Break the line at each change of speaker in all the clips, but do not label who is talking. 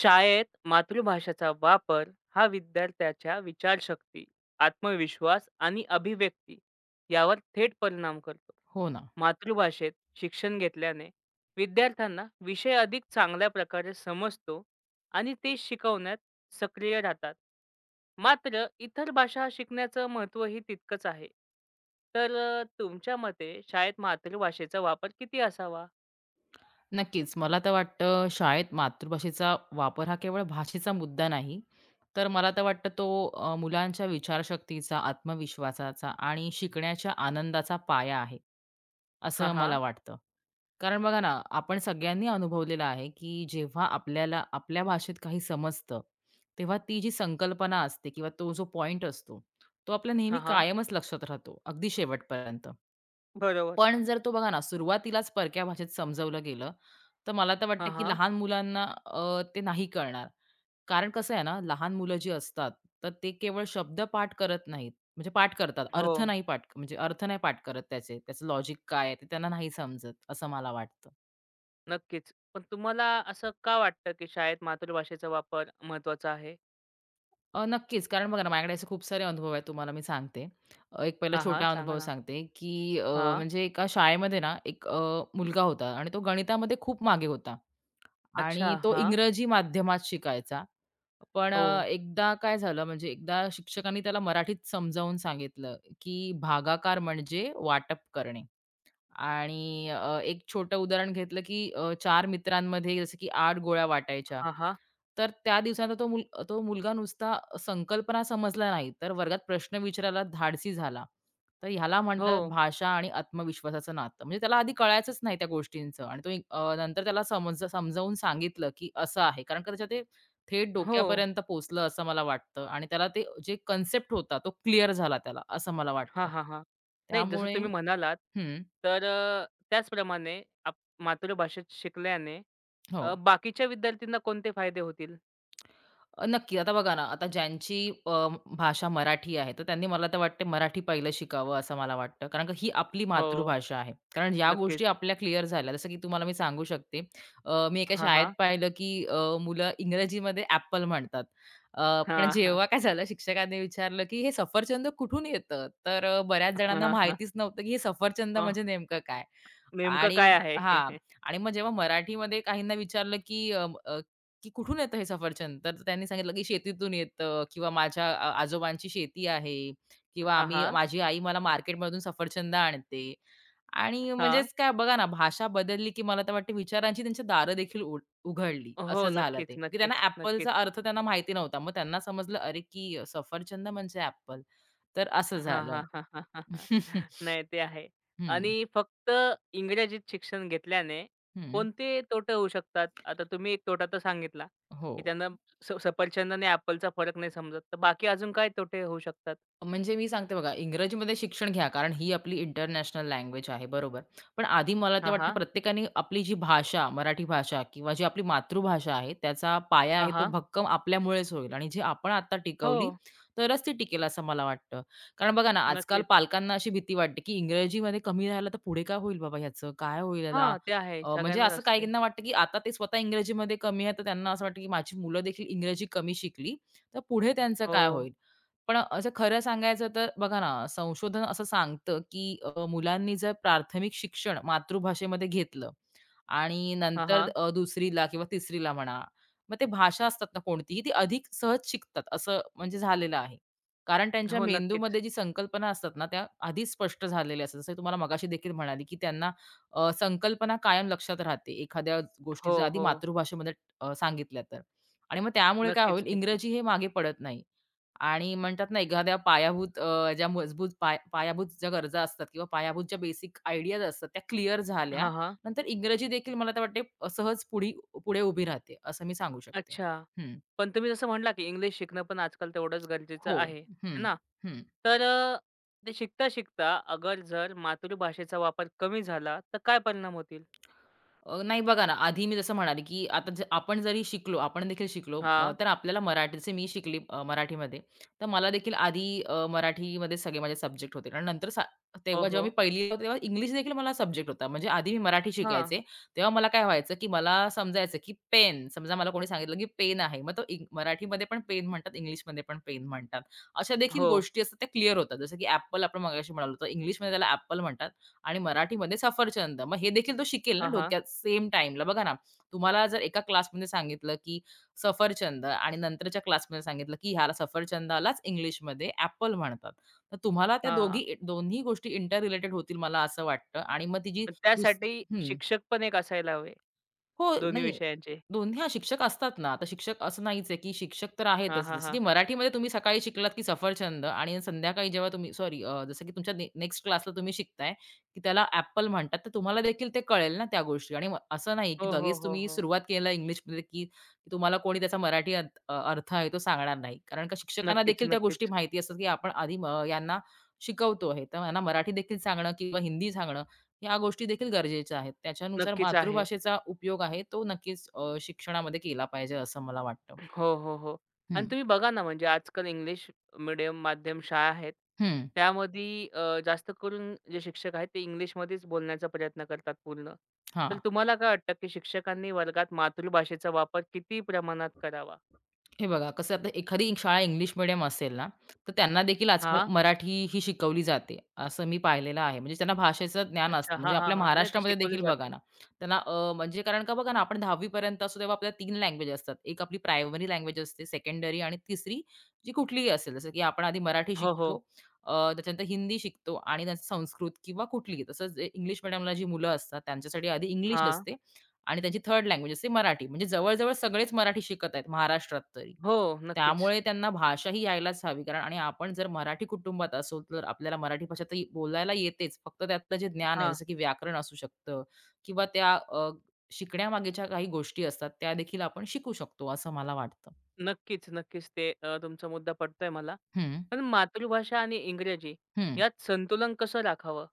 शाळेत मातृभाषेचा वापर हा विद्यार्थ्याच्या विचारशक्ती, आत्मविश्वास आणि अभिव्यक्ती यावर थेट परिणाम करतो.
हो ना.
मातृभाषेत शिक्षण घेतल्याने विद्यार्थ्यांना विषय अधिक चांगल्या प्रकारे समजतो आणि ते शिकवण्यात सक्रिय राहतात. मात्र इतर भाषा शिकण्याचं महत्त्वही तितकंच आहे. तुमच्या मते शाळेत मातृभाषेचा वापर किती असावा?
नक्कीच. मला तर वाटतं शाळेत मातृभाषेचा वापर हा केवळ भाषेचा मुद्दा नाही, तर मला तर वाटतं तो मुलांच्या विचारशक्तीचा, आत्मविश्वासाचा आणि शिकण्याच्या आनंदाचा पाया आहे,
हां,
असं मला
हां.
वाटतं. कारण बघा ना, आपण सगळ्यांनी अनुभवलेलं आहे, की जेव्हा आपल्याला आपल्या भाषेत काही समजतं, तेव्हा ती जी संकल्पना असते किंवा तो जो पॉइंट असतो, तो आपल्या नेहमी
हां, हां.
कायमच लक्षात राहतो, अगदी शेवटपर्यंत.
बरोबर.
पण जर तो बघा ना, सुरुवातीलाच परक्या भाषेत समजवलं गेलं, तर मला तर वाटतं,
हां,
की
हां.
लहान मुलांना ते नाही कळणार. कारण कसं आहे ना, लहान मुलं जी असतात, तर ते केवळ शब्दपाठ करत नाहीत. म्हणजे पाठ करतात,
हो.
अर्थ नाही पाठ करत त्याचे. त्याचं लॉजिक काय आहे ते त्यांना नाही समजत, असं मला वाटतं.
नक्कीच. पण तुम्हाला असं का वाटतं, की शाळेत मातृभाषेचा वापर महत्त्वाचा आहे?
नक्कीच. कारण बघा ना, माझ्याकडे असे खूप सारे अनुभव आहेत, तुम्हाला मी सांगते. एक पहिला
हां, हां.
छोटा
सांगा
अनुभव
ना?
सांगते, की
हां.
म्हणजे एका शाळेमध्ये ना, एक मुलगा होता आणि तो गणितामध्ये खूप मागे होता.
अच्छा.
आणि तो
हां.
इंग्रजी माध्यमात शिकायचा. पण
ओह!
एकदा काय झालं म्हणजे एकदा शिक्षकांनी त्याला मराठीत समजावून सांगितलं, की भागाकार म्हणजे वाटप करणे. आणि एक छोटं उदाहरण घेतलं, की 4 मित्रांमध्ये जसं की 8 गोळ्या वाटायच्या.
हां, हां.
तर त्या दिवसांत तो मुलगा नुसता संकल्पना समजला नाही, तर वर्गात प्रश्न विचारायला धाडसी झाला. तर ह्याला
हो.
म्हणतात भाषा आणि आत्मविश्वासाचं नातं. म्हणजे त्याला आधी कळायचंच नाही त्या गोष्टींचं आणि तो नंतर त्याला समजावून सांगितलं, की असं आहे. कारण का त्याच्या ते थेट
हो.
डोक्यापर्यंत पोहोचलं असं मला वाटतं आणि त्याला ते जे कन्सेप्ट होता तो क्लिअर झाला त्याला, असं मला वाटतं.
हां, हां, हां. नाही जसं
त्यामुळे
तुम्ही म्हणालात,
हं.
त्याचप्रमाणे मातृभाषेत शिकल्याने
हो.
बाकीच्या विद्यार्थ्यांना कोणते फायदे होतील?
नक्की. आता बघा ना, आता ज्यांची भाषा मराठी आहे, तर त्यांनी मला तर वाटते मराठी पहिलं शिकावं असं मला वाटतं. कारण का ही आपली
हो.
मातृभाषा आहे. कारण या
नक्कीच.
गोष्टी आपल्या क्लिअर झाल्या. जसं की तुम्हाला मी सांगू शकते, मी एका
हां,
शाळेत
हां.
पाहिलं की मुलं इंग्रजीमध्ये ॲपल म्हणतात. अ, पण
हां, हां.
जेव्हा काय झालं शिक्षकांनी विचारलं की "हे सफरचंद कुठून येतं?" तर बऱ्याच जणांना
हां, हां.
माहितीच नव्हतं की हे सफरचंद
अ,
म्हणजे नेमकं काय?
नेमकं
आणि
काय आहे?
हां. आणि मग जेव्हा मराठीमध्ये काहींना विचारलं की की "कुठून येतं हे सफरचंद?" तर त्यांनी सांगितलं की "शेतीतून येतं किंवा माझ्या आजोबांची शेती आहे किंवा
हां, हां.
माझी आई मला मार्केटमधून सफरचंद आणते." आणि
हां.
म्हणजेच काय बघा ना, भाषा बदलली की मला तर वाटते विचारांची त्यांची दारं देखील उघडली, असं
हो.
झालं
नक्कीच,
ते. की त्यांना
नक्कीच, नक्कीच.
ॲपलचा अर्थ त्यांना माहिती नव्हता. मग त्यांना समजलं, "अरे, की सफरचंद म्हणजे ॲपल." तर असं
हां,
झालं.
हां, हां, हां, हां, हां. नाही ते आहे.
हं,
आणि
हं.
फक्त इंग्रजीत शिक्षण घेतल्याने कोणते तोटे होऊ शकतात? आता तुम्ही एक तोटा तर सांगितला,
हो.
की त्यांना सफरचंद आणि ॲपलचा फरक नाही समजत. तर बाकी अजून काय तोटे होऊ शकतात?
म्हणजे मी सांगते बघा, इंग्रजीमध्ये शिक्षण घ्या, कारण ही आपली इंटरनॅशनल लँग्वेज आहे, बरोबर. पण आधी मला ते
हां,
वाटतं
हां.
प्रत्येकाने आपली जी भाषा, मराठी भाषा किंवा जी आपली मातृभाषा आहे, त्याचा पाया आहे
हां,
तो
हां.
भक्कम आपल्यामुळेच होईल आणि जी आपण आता
हो,
टिकवली, तरच ती टिकेल असं मला वाटतं. कारण बघा ना, आजकाल
नक्कीच.
पालकांना अशी भीती वाटते, की इंग्रजीमध्ये कमी राहिलं तर पुढे काय होईल बाबा ह्याचं? काय होईल याला?
हां, ते आहे.
म्हणजे
सगळ्यांनाच
असं
असते.
काहींना वाटतं, की आता ते स्वतः इंग्रजीमध्ये कमी आहे, तर त्यांना असं वाटतं, की माझी मुलं देखील इंग्रजी कमी शिकली, तर पुढे त्यांचं
हो.
काय होईल? पण असं खरं सांगायचं तर बघा ना, संशोधन असं सांगतं, की मुलांनी जर प्राथमिक शिक्षण मातृभाषेमध्ये घेतलं आणि
हां,
नंतर
हां.
2रीला किंवा 3रीला म्हणा, मग ते भाषा असतात ना कोणतीही, ती अधिक सहज शिकतात असं म्हणजे झालेलं आहे. कारण त्यांच्या
हो, नक्कीच.
मेंदूमध्ये जी संकल्पना असतात ना, त्या आधीच स्पष्ट झालेल्या असतात. जसं तुम्हाला मगाशी देखील म्हणाली, की त्यांना संकल्पना कायम लक्षात राहते, एखाद्या
हो,
गोष्टी आधी
हो.
मातृभाषेमध्ये सांगितल्या तर. आणि मग त्यामुळे काय
नक्कीच,
होईल,
नक्कीच.
इंग्रजी हे मागे पडत नाही. आणि म्हणतात ना, एखाद्या पायाभूत ज्या मजबूत पाय पायाभूत ज्या गरजा असतात किंवा पायाभूत ज्या बेसिक आयडियाज असतात त्या क्लिअर झाल्या.
हां, हां.
नंतर इंग्रजी देखील मला तर वाटते सहज पुढे उभी राहते, असं मी सांगू शकते.
अच्छा.
हं.
पण तुम्ही जसं म्हटला, की इंग्लिश शिकणं पण आजकाल तेवढंच गरजेचं
हो.
आहे,
हं,
है ना?
हं.
तर अ, ते शिकता-शिकता अगर जर मातृभाषेचा वापर कमी झाला, तर काय परिणाम होतील?
नाही बघा ना, आधी मी जसं म्हणाले, की आता आपण जरी शिकलो, आपण देखील शिकलो
हा,
तर आपल्याला मराठी जसे मी शिकली मराठीमध्ये, तर मला देखील आधी मराठीमध्ये सगळे माझे सब्जेक्ट होते आणि नंतर सा
हो,
तेव्हा जेव्हा मी
हो.
पहिलीला होते, तेव्हा इंग्लिश देखील मला सब्जेक्ट होता. म्हणजे आधी मी मराठी
हां.
शिकायचे, तेव्हा मला काय व्हायचं, की मला समजायचं, की पेन समजा मला कोणी सांगितलं, की पेन आहे. मग तो मराठीमध्ये पण पेन म्हणतात, इंग्लिशमध्ये पण पेन म्हणतात. अशा देखील
हो.
गोष्टी असतात त्या क्लिअर होतात. जसं की ॲपल आपण मगाशी म्हणालो होतो, इंग्लिशमध्ये त्याला ॲपल म्हणतात आणि मराठीमध्ये सफरचंद. मग हे देखील तो शिकेल ना
हा, हा,
डोक्यात सेम टाईमला. बघा ना, तुम्हाला जर एका क्लासमध्ये सांगितलं, की सफरचंद आणि नंतरच्या क्लासमध्ये सांगितलं, की ह्याला सफरचंदालाच इंग्लिशमध्ये ॲपल म्हणतात. तर तुम्हाला त्या
हा,
दोघी दोन्ही गोष्टी इंटर रिलेटेड होतील मला असं वाटतं आणि मग ती जी
पण
दुस
त्यासाठी
हं.
शिक्षक पण एक असायला हवे,
हो,
दोन्ही
नाही.
विषयांचे.
दोन्ही हां, शिक्षक असतात ना. आता शिक्षक असं नाहीच आहे, की शिक्षक तर
हां,
आहेतच.
हां,
जसं की
हां.
मराठीमध्ये तुम्ही सकाळी शिकलात, की सफरचंद आणि संध्याकाळी जेव्हा तुम्ही सॉरी जसं की तुमच्या नेक्स्ट क्लासला तुम्ही शिकताय, की त्याला ॲपल म्हणतात. तर तुम्हाला देखील ते कळेल ना त्या गोष्टी आणि मग असं नाही,
हो,
की
हो,
लगेच
हो,
तुम्ही
हो.
सुरुवात केला इंग्लिशमध्ये, की की तुम्हाला कोणी त्याचा मराठी अर्थ आहे तो सांगणार नाही. कारण का शिक्षकांना
नक्कीच,
देखील त्या गोष्टी
नक्कीच.
माहिती असतात, की आपण आधी यांना शिकवतो आहे. तर यांना मराठी देखील सांगणं किंवा हिंदी सांगणं ह्या गोष्टी देखील गरजेच्या आहेत. त्याच्यानुसार
नक्कीच आहे.
मातृभाषेचा उपयोग आहे तो नक्कीच शिक्षणामध्ये केला पाहिजे असं मला वाटतं.
हो, हो, हो. आणि
हं,
तुम्ही बघा ना, म्हणजे आजकाल इंग्लिश मीडियम माध्यम शाळा आहेत.
हं.
त्यामध्ये जास्त करून जे शिक्षक आहेत ते इंग्लिशमध्येच बोलण्याचा प्रयत्न करतात पूर्ण.
हां.
तर तुम्हाला काय वाटतं, की शिक्षकांनी वर्गात मातृभाषेचा वापर किती प्रमाणात करावा?
हे बघा कसं आता एखादी शाळा इंग्लिश मीडियम असेल ना, तर त्यांना देखील आजकाल
हां,
मराठी ही शिकवली जाते, असं मी पाहिलेलं आहे. म्हणजे त्यांना भाषेचं ज्ञान
अच्छा.
असतं. म्हणजे
हां, हां,
आपल्या
हां. नाही ते
महाराष्ट्रामध्ये
शिकवले
देखील बघा
जाते.
ना, त्यांना अ, म्हणजे कारण का बघा ना, आपण 10वी असतो तेव्हा आपल्या 3 लँग्वेज असतात. एक आपली प्रायमरी लँग्वेज असते, सेकंडरी आणि तिसरी जी कुठलीही असेल. जसं की आपण आधी मराठी
हो, हो.
शिकतो, त्याच्यानंतर हिंदी शिकतो आणि त्यानंतर संस्कृत किंवा कुठलीही. तसंच इंग्लिश मीडियमला जी मुलं असतात त्यांच्यासाठी आधी इंग्लिश
हां.
असते आणि त्यांची थर्ड लँग्वेज असते मराठी. म्हणजे जवळ-जवळ सगळेच मराठी शिकत आहेत महाराष्ट्रात तरी.
हो, नक्कीच.
त्यामुळे त्यांना भाषा ही यायलाच हवी. आणि आपण जर मराठी कुटुंबात असू, तर आपल्याला मराठी भाषा तर बोलायला येतेच. फक्त त्यातलं जे ज्ञान आहे,
हां.
जसं की व्याकरण असू शकतं किंवा त्या शिकण्यामागेच्या काही गोष्टी असतात, त्या देखील आपण शिकू शकतो असं मला वाटतं.
नक्कीच, नक्कीच. तुमचा मुद्दा पटतोय मला.
हं,
पण मातृभाषा आणि इंग्रजी
हं.
यात संतुलन कसं राखावं?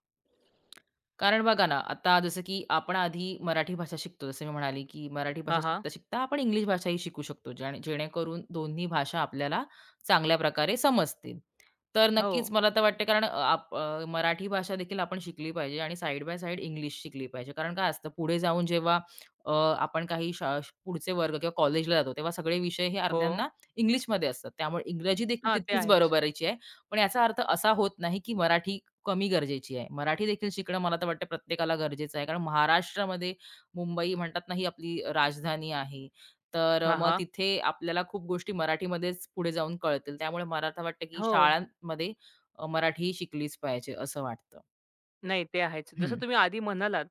कारण बघा ना, आता जसं की आपण आधी मराठी भाषा शिकतो. जसं मी म्हणाले, की मराठी भाषा
हां, हां.
शिकता-शिकता आपण इंग्लिश भाषाही शिकू शकतो. जेणेकरून दोन्ही भाषा आपल्याला चांगल्या प्रकारे समजतील. तर
हो,
नक्कीच मला तर वाटते कारण मराठी भाषा देखील आपण शिकली पाहिजे आणि साइड बाय साइड इंग्लिश शिकली पाहिजे. कारण काय असतं पुढे जाऊन जेव्हा अ, आपण काही पुढचे वर्ग किंवा कॉलेजला जातो तेव्हा सगळे विषय हे
हो.
अर्ध्यांना इंग्लिशमध्ये असतात. त्यामुळे इंग्रजी देखील
हां, ते
तितकीच
आहेच.
बरोबरीची आहे. पण याचा अर्थ असा होत नाही की मराठी कमी गरजेची आहे. मराठी देखील शिकणं मला तर वाटतं प्रत्येकाला गरजेचं आहे. कारण महाराष्ट्रामध्ये मुंबई म्हणतात ना ही आपली राजधानी आहे. तर
हां,
मग
हां.
तिथे आपल्याला खूप गोष्टी मराठीमध्येच पुढे जाऊन कळतील. त्यामुळे मला आता वाटतं, की
हो.
शाळांमध्ये मराठी शिकलीच पाहिजे असं वाटतं.
नाही ते आहेच. जसं
हं,
तुम्ही आधी म्हणालात,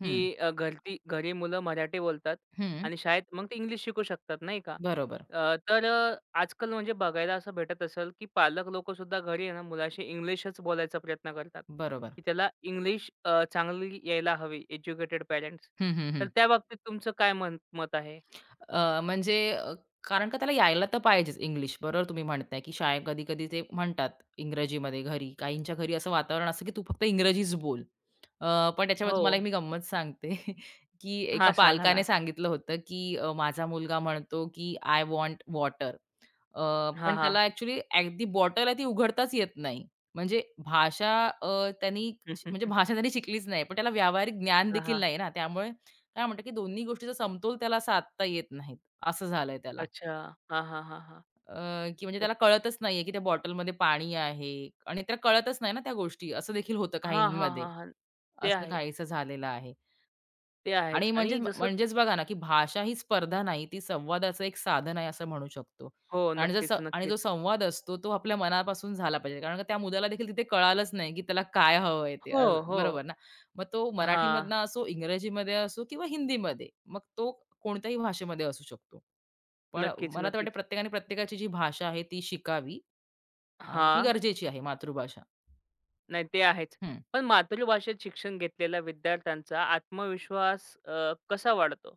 हं,
की अ, घरती घरी मुलं मराठी बोलतात
हं.
आणि शाळेत मग ते इंग्लिश शिकू शकतात, नाही का?
बरोबर,
तर आजकाल म्हणजे बघायला असं भेटत असेल, की पालक लोकंसुद्धा घरी आहे ना, मुलाशी इंग्लिशच बोलायचा प्रयत्न करतात,
बरोबर.
की त्याला इंग्लिश चांगली यायला हवी, एज्युकेटेड पॅरेंट्स.
हं, हं, हं.
तर त्या बाबतीत तुमचं काय मत आहे?
अ, म्हणजे अ, कारण का त्याला यायला तर पाहिजेच इंग्लिश. बरोबर तुम्ही म्हणताय, की शाळेत कधी-कधी ते म्हणतात इंग्रजीमध्ये घरी. काहींच्या घरी असं वातावरण असतं, की तू फक्त इंग्रजीच बोल. पण त्याच्यामुळे
हो.
तुम्हाला एक मी गंमत सांगते, की एका
हां, सांगा
पालकाने
ना.
सांगितलं होतं, की माझा मुलगा म्हणतो, की "आय वॉन्ट वॉटर."
हां,
पण
हां.
त्याला ॲक्चुअली अगदी बॉटल आहे ती उघडताच येत नाही. म्हणजे भाषा अ, त्यांनी श- म्हणजे भाषा त्यांनी शिकलीच नाही. पण त्याला व्यावहारिक ज्ञान
हां,
देखील
हां.
नाही ना. त्यामुळे काय म्हणतात, की दोन्ही गोष्टीचा समतोल त्याला साधता येत नाहीत. असं झालंय त्याला.
अच्छा. हां, हां, हां, हां.
अ, की म्हणजे
ओक
त्याला कळतच नाहीये, की त्या बॉटलमध्ये पाणी आहे आणि त्याला कळतच नाही ना त्या गोष्टी. असं देखील होतं
हां, हां,
काहींमध्ये.
हां, हां. ते
असं
आहे.
काहीसं झालेलं आहे.
ते आहेच
आणि म्हणजेच
आणि जसं
म्हणजेच बघा ना, की भाषा ही स्पर्धा नाही, ती संवादाचं एक साधन आहे असं म्हणू शकतो.
हो,
आणि जर स
नक्कीच,
आणि जो
नक्कीच.
संवाद असतो तो आपल्या मनापासून झाला पाहिजे. कारण का त्या मुलाला देखील तिथे कळालंच नाही, की त्याला काय हवंय ते
हो,
अ,
हो.
बरोबर ना. मग तो
हां.
मराठीमधनं असो, इंग्रजीमध्ये असो किंवा हिंदीमध्ये. मग तो कोणत्याही भाषेमध्ये असू शकतो. पण
नक्कीच,
मला तर वाटतं
नक्कीच.
प्रत्येकाने प्रत्येकाची जी भाषा आहे ती शिकावी आणि ती
हां.
गरजेची आहे मातृभाषा.
नाही ते आहेच.
हं.
पण मातृभाषेत शिक्षण घेतलेल्या विद्यार्थ्यांचा आत्मविश्वास कसा वाढतो?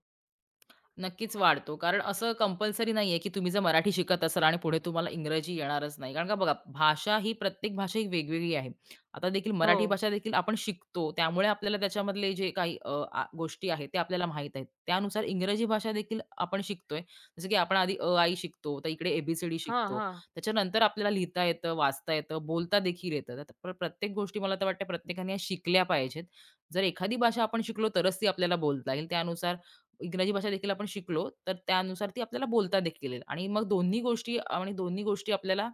नक्कीच वाढतो. कारण असं कंपल्सरी नाहीये, की तुम्ही जर मराठी शिकत असाल आणि पुढे तुम्हाला इंग्रजी येणारच नाही. कारण का बघा, भाषा ही प्रत्येक भाषा ही वेगवेगळी आहे. आता देखील
हो.
मराठी भाषा देखील आपण शिकतो. त्यामुळे आपल्याला त्याच्यामधले जे काही गोष्टी आहेत त्या आपल्याला माहीत आहेत. त्यानुसार इंग्रजी भाषा देखील आपण शिकतोय. जसं की आपण आधी आई शिकतो. तर इकडे ए
हां,
शिकतो.
हां.
त्याच्यानंतर आपल्याला लिहिता येतं, वाचता येतं, बोलता देखील येतं. तर प्रत्येक गोष्टी मला तर वाटतं प्रत्येकाने या शिकल्या पाहिजेत. जर एखादी भाषा आपण शिकलो तरच ती आपल्याला बोलता येईल. त्यानुसार इंग्रजी भाषा देखील आपण शिकलो, तर त्यानुसार ती आपल्याला बोलता देखील येईल आणि मग दोन्ही गोष्टी आपल्याला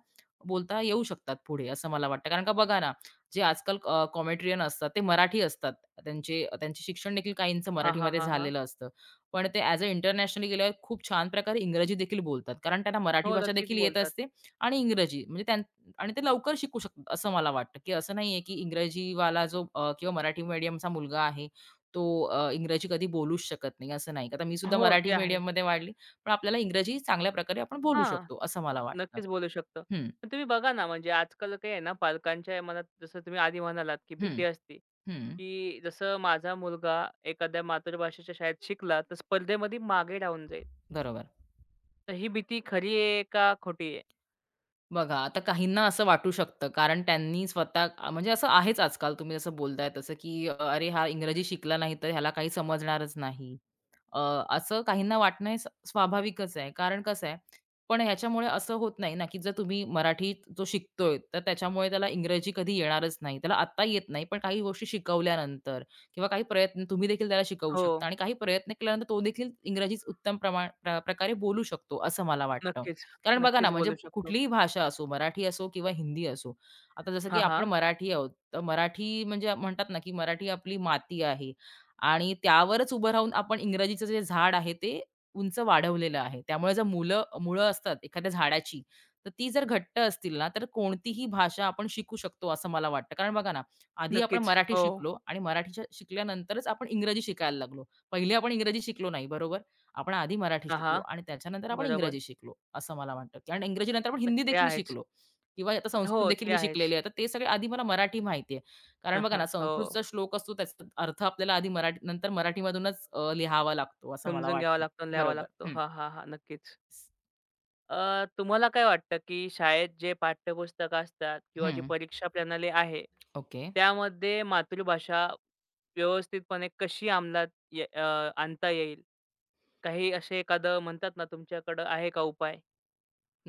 बोलता येऊ शकतात पुढे, असं मला वाटतं. कारण का बघा ना, जे आजकाल कॉमेडियन असतात, ते मराठी असतात. त्यांचे त्यांचे शिक्षण देखील काहींचं
हां, हां,
मराठीमध्ये
हां, हां.
झालेलं असतं. पण ते ॲज अ इंटरनॅशनली गेल्यावर खूप छान प्रकारे इंग्रजी देखील बोलतात. कारण त्यांना मराठी
हो,
भाषा
नक्कीच
देखील येत
बोलतात.
असते आणि इंग्रजी म्हणजे त्यां आणि ते लवकर शिकू शकतात, असं मला वाटतं, की असं नाहीये, की इंग्रजीवाला जो किंवा मराठी मीडियमचा मुलगा आहे, तो इंग्रजी कधी बोलूच शकत नाही, असं नाही. आता मी सुद्धा
हो, ते
मराठी
आहे.
मीडियममध्ये वाढली, पण आपल्याला इंग्रजी चांगल्या प्रकारे आपण बोलू
हां.
शकतो, असं मला वाटतं.
नक्कीच बोलू शकतो.
हं,
पण तुम्ही बघा ना, म्हणजे आजकाल काय आहे ना, पालकांच्या मनात जसं तुम्ही आधी म्हणालात, की
हं,
भीती असते,
हं.
की जसं माझा मुलगा एखाद्या मातृभाषेच्या शाळेत शिकला, तर स्पर्धेमध्ये मागे राहून जाईल.
बरोबर.
तर ही भीती खरी आहे का खोटी आहे?
बघा, आता काहींना असं वाटू शकतं, कारण त्यांनी स्वतः म्हणजे असं आहेच आजकाल तुम्ही जसं बोलताय तसं, की "अरे, हा इंग्रजी शिकला नाही तर ह्याला काही समजणारच नाही." अ, असं काहींना वाटणं हे स्वाभाविकच आहे. कारण कसं आहे, पण ह्याच्यामुळे असं होत नाही ना, की जर तुम्ही मराठी जो शिकतोय, तर त्याच्यामुळे त्याला इंग्रजी कधी येणारच नाही. त्याला आत्ता येत नाही, पण काही गोष्टी शिकवल्यानंतर किंवा काही प्रयत्न तुम्ही देखील त्याला शिकवू
हो,
शकता आणि काही प्रयत्न केल्यानंतर तो देखील इंग्रजीच उत्तम प्रमाण प्र प्रकारे बोलू शकतो, असं मला वाटतं.
नक्कीच.
कारण बघा ना,
नक्कीच
म्हणजे
बोलू शकतो.
कुठलीही भाषा असो, मराठी असो किंवा हिंदी असो. आता जसं की
हां,
आपण
हां.
मराठी आहोत, तर मराठी म्हणजे म्हणतात ना, की मराठी आपली माती आहे आणि त्यावरच उभं राहून आपण इंग्रजीचं जे झाड आहे, ते उंच वाढवलेलं आहे. त्यामुळे जर मुळं असतात एखाद्या झाडाची, तर ती जर घट्ट असतील ना, तर कोणतीही भाषा आपण शिकू शकतो, असं मला वाटतं. कारण बघा ना, आधी आपण
नक्कीच.
मराठी
हो.
शिकलो आणि मराठी शिकल्यानंतरच आपण इंग्रजी शिकायला लागलो. पहिले आपण इंग्रजी शिकलो नाही, बरोबर? आपण आधी मराठी
हां, हां.
शिकलो आणि त्याच्यानंतर आपण
बरोबर.
इंग्रजी शिकलो, असं मला वाटतं. कारण इंग्रजीनंतर आपण
न
हिंदी
ते
देखील
आहेच.
शिकलो किंवा आता संस्कृत
हो,
देखील
ते
मी
आहेच.
शिकलेली आहे. तर ते सगळे आधी मला मराठी माहिती आहे. कारण बघा ना,
हो.
संस्कृतचा श्लोक असतो त्याचा अर्थ आपल्याला आधी मराठी नंतर मराठीमधूनच लिहावा लागतो, असं मला
समजून घ्यावा
वाटतं.
लागतो लिहावा
बरोबर.
लागतो.
हं.
हां, हां, हां. नक्कीच. तुम्हाला काय वाटतं, की शाळेत जे पाठ्यपुस्तकं असतात किंवा जी
हं.
परीक्षा प्रणाली आहे,
ओके.
त्यामध्ये मातृभाषा व्यवस्थितपणे कशी अंमलात आणता येईल? काही असे एखादं म्हणतात ना, तुमच्याकडं आहे का उपाय?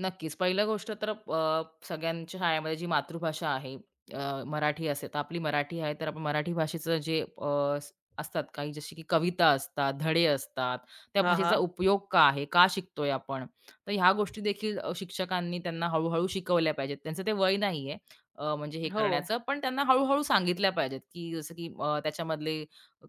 नक्कीच. पहिलं गोष्ट तर सगळ्यांच्या शाळेमध्ये जी मातृभाषा आहे अ, मराठी असेल, तर आपली मराठी आहे, तर आपण मराठी भाषेचं जे असतात काही जशी की कविता असतात, धडे असतात, त्या
हां,
भाषेचा
हां.
उपयोग का आहे? का शिकतोय आपण? तर ह्या गोष्टी देखील शिक्षकांनी त्यांना हळू-हळू शिकवल्या पाहिजेत. त्यांचं ते वय नाहीये म्हणजे हे
हो,
करण्याचं, पण त्यांना हळू सांगितल्या पाहिजेत, की जसं की त्याच्यामधले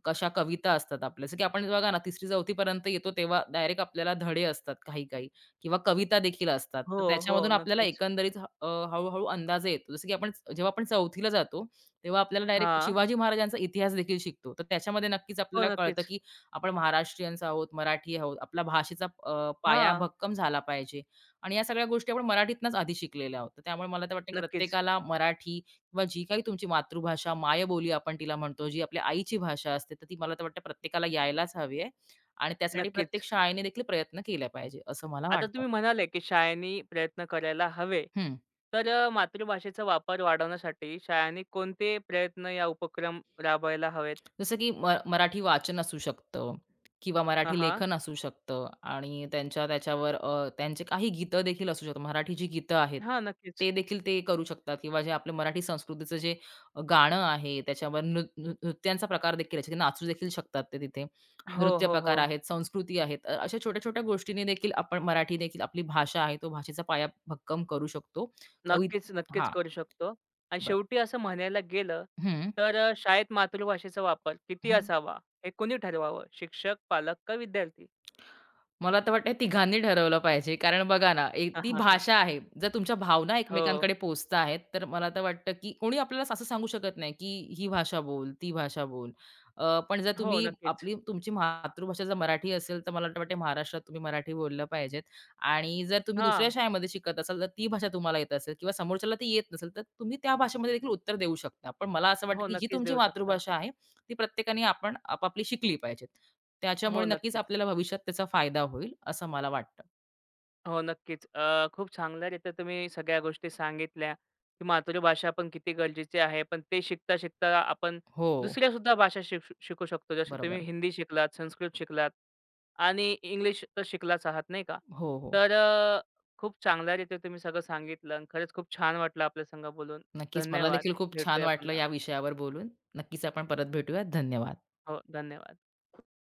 कशा कविता असतात आपल्या, जसं की आपण बघा ना 3री-4थी पर्यंत येतो तेव्हा डायरेक्ट आपल्याला धडे असतात काही-काही. किंवा कविता देखील असतात. तर
हो,
त्याच्यामधून
हो.
आपल्याला
नक्कीच.
एकंदरीत हळू अंदाज येतो. जसं की आपण जेव्हा आपण चौथीला जातो, तेव्हा आपल्याला डायरेक्ट
हां.
शिवाजी महाराजांचा इतिहास देखील शिकतो. तर त्याच्यामध्ये नक्कीच
हो,
आपल्याला कळतं,
नक्कीच.
की आपण महाराष्ट्रीयन्स आहोत, मराठी आहोत. आपला भाषेचा पाया
हां.
भक्कम झाला पाहिजे आणि या सगळ्या गोष्टी आपण मराठीतनंच आधी शिकलेल्या आहोत. तर त्यामुळे मला तर वाटतं, की
नक्कीच,
प्रत्येकाला मराठी किंवा जी काही तुमची मातृभाषा, मायबोली आपण तिला म्हणतो, जी आपल्या आईची भाषा असते, तर ती मला तर वाटतं प्रत्येकाला यायलाच हवी आहे आणि त्यासाठी प्रत्येक
नक्कीच.
शाळेने देखील प्रयत्न केला पाहिजे, असं मला
आता
वाटतं.
तुम्ही म्हणाले, की शाळांनी प्रयत्न करायला हवे.
हं.
मातृभाषेचा वापर वाढवण्यासाठी शाळांनी कोणते प्रयत्न या उपक्रम राबवायला हवेत?
जसं की मराठी वाचन असू शकतं किंवा
हां,
मराठी
हां.
लेखन असू शकतं आणि त्याच्यावर त्यांचे काही गीतं देखील असू शकतात. मराठी जी गीतं आहेत,
हां, नक्कीच.
ते देखील ते करू शकतात किंवा जे आपलं मराठी संस्कृतीचं जे गाणं आहे, त्याच्यावर नृ नृ नृत्यांचा प्रकार देखील आहे. नाचू देखील शकतात ते तिथे.
हो,
नृत्य
हो, हो.
प्रकार आहेत, संस्कृती आहेत. अशा छोट्या-छोट्या गोष्टींनी देखील आपण मराठी देखील आपली भाषा आहे, तो भाषेचा पाया भक्कम करू शकतो. कवी
नक्कीच, नक्कीच
हां,
करू शकतो. आणि
बरं.
शेवटी असं म्हणायला गेलं,
हं,
शाळेत मातृभाषेचा वापर किती
हं.
असावा, हे कोणी ठरवावं? शिक्षक, पालक का विद्यार्थी?
मला तर वाटतं तिघांनी ठरवलं पाहिजे. कारण बघा ना, एक
हा,
ती
हा, हा.
भाषा आहे. जर तुमच्या भावना
हो.
एकमेकांकडे पोहोचता आहेत, तर मला तर वाटतं, की कोणी आपल्याला असं सांगू शकत नाही, की ही भाषा बोल, ती भाषा बोल. पण जर
हो,
तुम्ही
नक्कीच.
तुमची मातृभाषा जर मराठी असेल, तर मला वाटतं महाराष्ट्रात तुम्ही मराठी बोललं पाहिजेत. आणि जर तुम्ही दुसऱ्या
हां.
शाळेमध्ये शिकत असाल, तर ती भाषा तुम्हाला येत असेल किंवा समोरच्याला ती येत नसेल, तर तुम्ही त्या भाषेमध्ये देखील उत्तर देऊ शकता. पण मला असं वाटतं,
हो,
की जी
नक्कीच
तुमची
देऊ शकता.
मातृभाषा आहे, ती प्रत्येकाने आपण आपापली शिकली पाहिजे. त्याच्यामुळे
हो,
नक्कीच
नक्कीच.
आपल्याला भविष्यात त्याचा फायदा होईल, असं मला वाटतं.
हो, नक्कीच. खूप चांगल्यारीत्या तुम्ही सगळ्या गोष्टी सांगितल्या, की मातृभाषा पण किती गरजेची आहे. पण ते शिकता-शिकता आपण
हो,
दुसऱ्यासुद्धा भाषा शिकू शकतो. जसे तुम्ही
बरोबर.
हिंदी शिकलात, संस्कृत शिकलात आणि इंग्लिश तर शिकलाच आहात, नाही का?
हो, हो.
तर अ, खूप चांगल्यारीत्या तुम्ही सगळं सांगितलं आणि खरंच खूप छान वाटलं आपल्या संग बोलून.
नक्कीच मला
धन्यवाद.
देखील खूप छान
भेटूया
वाटलं
पुन्हा.
या विषयावर बोलून. नक्कीच आपण परत भेटूयात. धन्यवाद.
हो, धन्यवाद.